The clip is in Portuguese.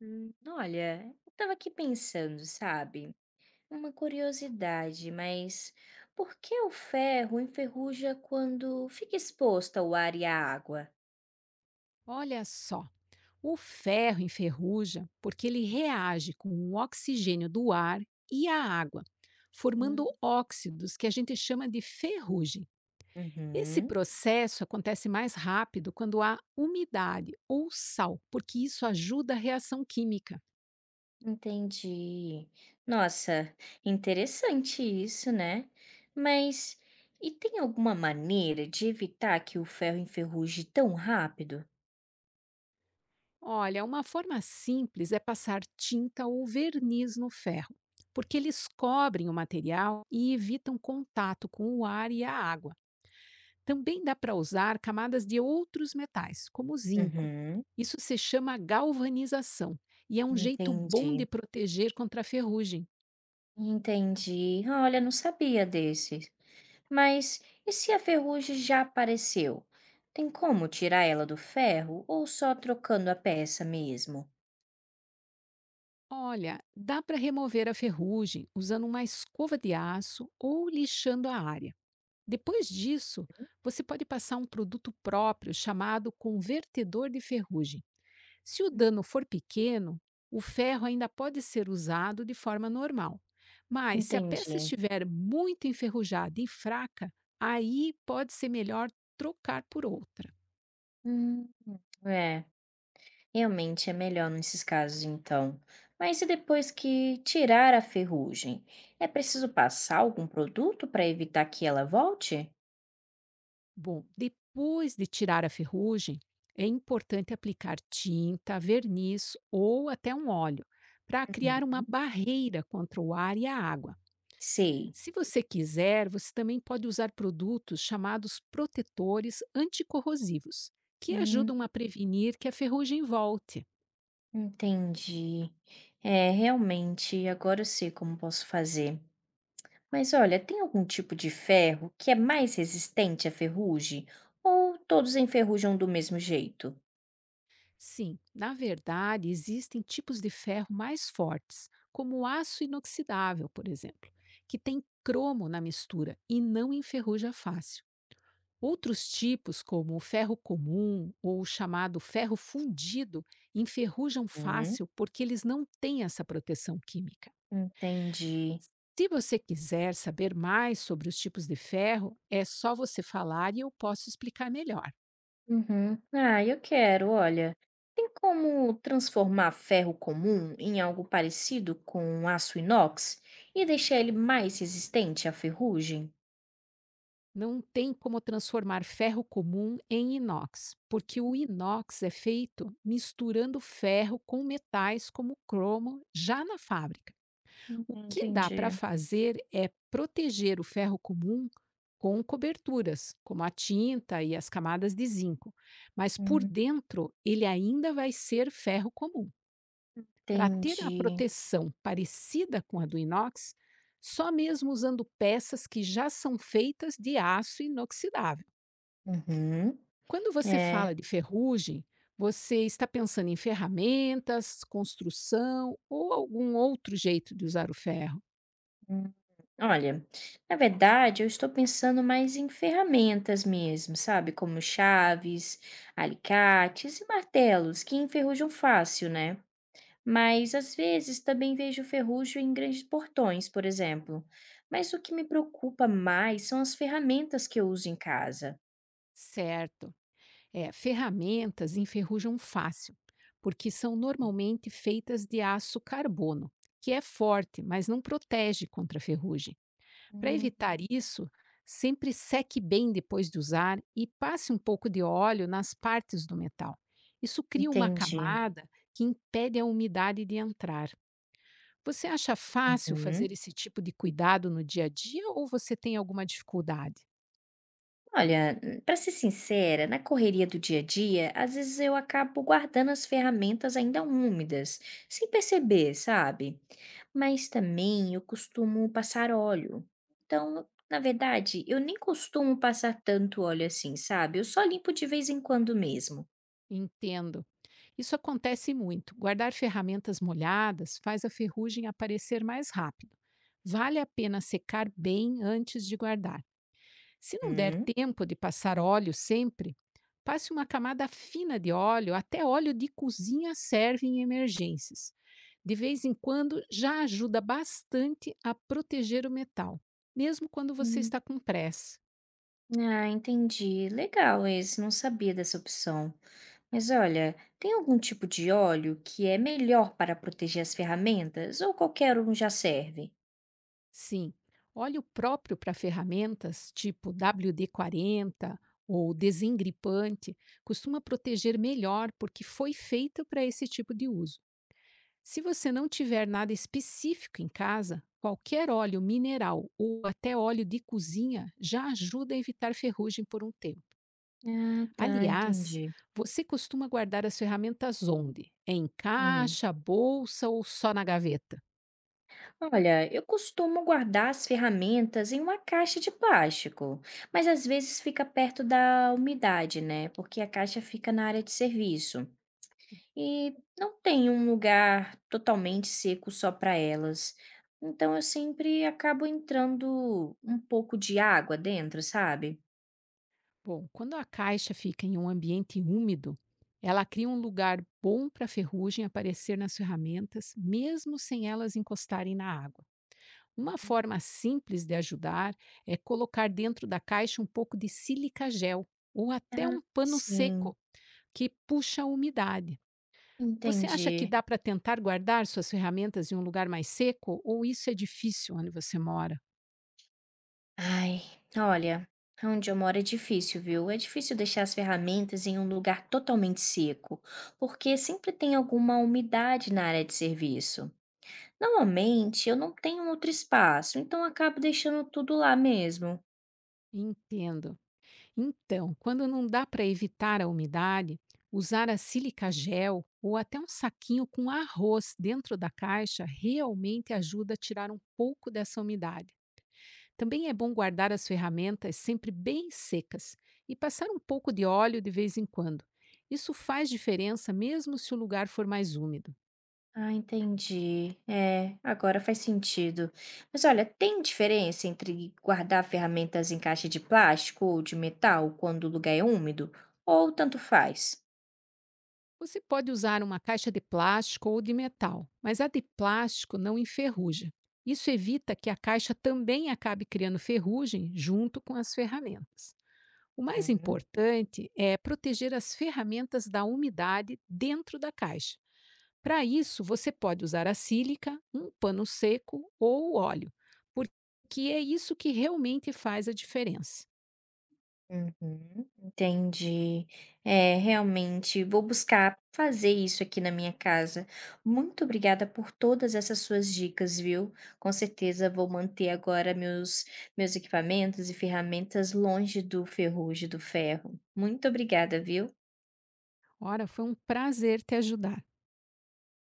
Olha, eu tava aqui pensando, sabe? Uma curiosidade, mas por que o ferro enferruja quando fica exposto ao ar e à água? Olha só, o ferro enferruja porque ele reage com o oxigênio do ar e a água, formando Hum, óxidos que a gente chama de ferrugem. Esse Uhum, processo acontece mais rápido quando há umidade ou sal, porque isso ajuda a reação química. entendi. Nossa, interessante isso, né? Mas e tem alguma maneira de evitar que o ferro enferruje tão rápido? Olha, uma forma simples é passar tinta ou verniz no ferro, porque eles cobrem o material e evitam contato com o ar e a água. Também dá para usar camadas de outros metais, como o zinco. Uhum, Isso se chama galvanização e é um jeito bom entendi. de proteger contra a ferrugem. Entendi. Olha, não sabia desse. Mas e se a ferrugem já apareceu? Tem como tirar ela do ferro ou só trocando a peça mesmo? Olha, dá para remover a ferrugem usando uma escova de aço ou lixando a área. Depois disso, você pode passar um produto próprio chamado convertedor de ferrugem. Se o Hum, dano for pequeno, o ferro ainda pode ser usado de forma normal. Mas se a peça Entendi. estiver muito enferrujada e fraca, aí pode ser melhor trocar por outra. Hum, é, realmente é melhor nesses casos então. Mas e depois que tirar a ferrugem? É preciso passar algum produto para evitar que ela volte? Bom, depois de tirar a ferrugem, é importante aplicar tinta, verniz ou até um óleo para Uhum. criar uma barreira contra o ar e a água. Sei. Se você quiser, você também pode usar produtos chamados protetores anticorrosivos, que Hum, ajudam a prevenir que a ferrugem volte. entendi. É, realmente, agora eu sei como posso fazer. Mas olha, tem algum tipo de ferro que é mais resistente à ferrugem? Ou todos enferrujam do mesmo jeito? Sim, na verdade, existem tipos de ferro mais fortes, como o aço inoxidável, por exemplo, que tem cromo na mistura e não enferruja fácil. Outros tipos, como o ferro comum ou o chamado ferro fundido, enferrujam Hum, fácil porque eles não têm essa proteção química. entendi. Se você quiser saber mais sobre os tipos de ferro, é só você falar e eu posso explicar melhor. Uhum. Ah, eu quero, olha. Tem como transformar ferro comum em algo parecido com aço inox e deixar ele mais resistente à ferrugem? Não tem como transformar ferro comum em inox, porque o inox é feito misturando ferro com metais como cromo já na fábrica. O que dá para Entendi. fazer é proteger o ferro comum com coberturas, como a tinta e as camadas de zinco, mas por Hum, dentro ele ainda vai ser ferro comum. Para ter a Entendi. proteção parecida com a do inox, só mesmo usando peças que já são feitas de aço inoxidável. Uhum. Quando você É. fala de ferrugem, você está pensando em ferramentas, construção ou algum outro jeito de usar o ferro? hum. Olha, na verdade, eu estou pensando mais em ferramentas mesmo, sabe? Como chaves, alicates e martelos, que enferrujam fácil, né? Mas às vezes também vejo ferrugem em grandes portões, por exemplo. Mas o que me preocupa mais são as ferramentas que eu uso em casa. Certo. É, ferramentas enferrujam fácil, porque são normalmente feitas de aço carbono, que é forte, mas não protege contra a ferrugem. Para Hum, evitar isso, sempre seque bem depois de usar e passe um pouco de óleo nas partes do metal. Isso cria uma entendi. camada que impede a umidade de entrar. Você acha fácil Uhum. fazer esse tipo de cuidado no dia a dia ou você tem alguma dificuldade? Olha, para ser sincera, na correria do dia a dia, às vezes eu acabo guardando as ferramentas ainda úmidas, sem perceber, sabe? Mas também eu costumo passar óleo. Então, na verdade, eu nem costumo passar tanto óleo assim, sabe? Eu só limpo de vez em quando mesmo. Entendo. Isso acontece muito. Guardar ferramentas molhadas faz a ferrugem aparecer mais rápido. Vale a pena secar bem antes de guardar. Se não der Hum. tempo de passar óleo sempre, passe uma camada fina de óleo, até óleo de cozinha serve em emergências. De vez em quando já ajuda bastante a proteger o metal, mesmo quando você Hum. está com pressa. Ah, entendi. Legal esse, não sabia dessa opção. Mas olha, tem algum tipo de óleo que é melhor para proteger as ferramentas ou qualquer um já serve? Sim, óleo próprio para ferramentas, tipo WD-40 ou desengripante, costuma proteger melhor porque foi feito para esse tipo de uso. Se você não tiver nada específico em casa, qualquer óleo mineral ou até óleo de cozinha já ajuda a evitar ferrugem por um tempo. Ah, tá, Aliás, entendi. você costuma guardar as ferramentas onde? Em Hum. caixa, bolsa ou só na gaveta? Olha, eu costumo guardar as ferramentas em uma caixa de plástico, mas às vezes fica perto da umidade, né? Porque a caixa fica na área de serviço. E não tem um lugar totalmente seco só para elas. Então eu sempre acabo entrando um pouco de água dentro, sabe? Bom, quando a caixa fica em um ambiente úmido, ela cria um lugar bom para a ferrugem aparecer nas ferramentas, mesmo sem elas encostarem na água. Uma forma simples de ajudar é colocar dentro da caixa um pouco de sílica gel ou até Ah, um pano sim, seco que puxa a umidade. Você acha que entendi. dá para tentar guardar suas ferramentas em um lugar mais seco ou isso é difícil onde você mora? Ai, olha, onde eu moro é difícil, viu? É difícil deixar as ferramentas em um lugar totalmente seco, porque sempre tem alguma umidade na área de serviço. Normalmente eu não tenho outro espaço, então eu acabo deixando tudo lá mesmo. Entendo. Então, quando não dá para evitar a umidade, usar a sílica gel ou até um saquinho com arroz dentro da caixa realmente ajuda a tirar um pouco dessa umidade. Também é bom guardar as ferramentas sempre bem secas e passar um pouco de óleo de vez em quando. Isso faz diferença mesmo se o lugar for mais úmido. Ah, entendi. É, agora faz sentido. Mas olha, tem diferença entre guardar ferramentas em caixa de plástico ou de metal quando o lugar é úmido? Ou tanto faz? Você pode usar uma caixa de plástico ou de metal, mas a de plástico não enferruja. Isso evita que a caixa também acabe criando ferrugem junto com as ferramentas. O mais Hum, importante é proteger as ferramentas da umidade dentro da caixa. Para isso, você pode usar a sílica, um pano seco ou óleo, porque é isso que realmente faz a diferença. Uhum, entendi. É, realmente, vou buscar fazer isso aqui na minha casa. Muito obrigada por todas essas suas dicas, viu? Com certeza vou manter agora meus, meus equipamentos e ferramentas longe do ferrugem, do ferro. Muito obrigada, viu? Ora, foi um prazer te ajudar.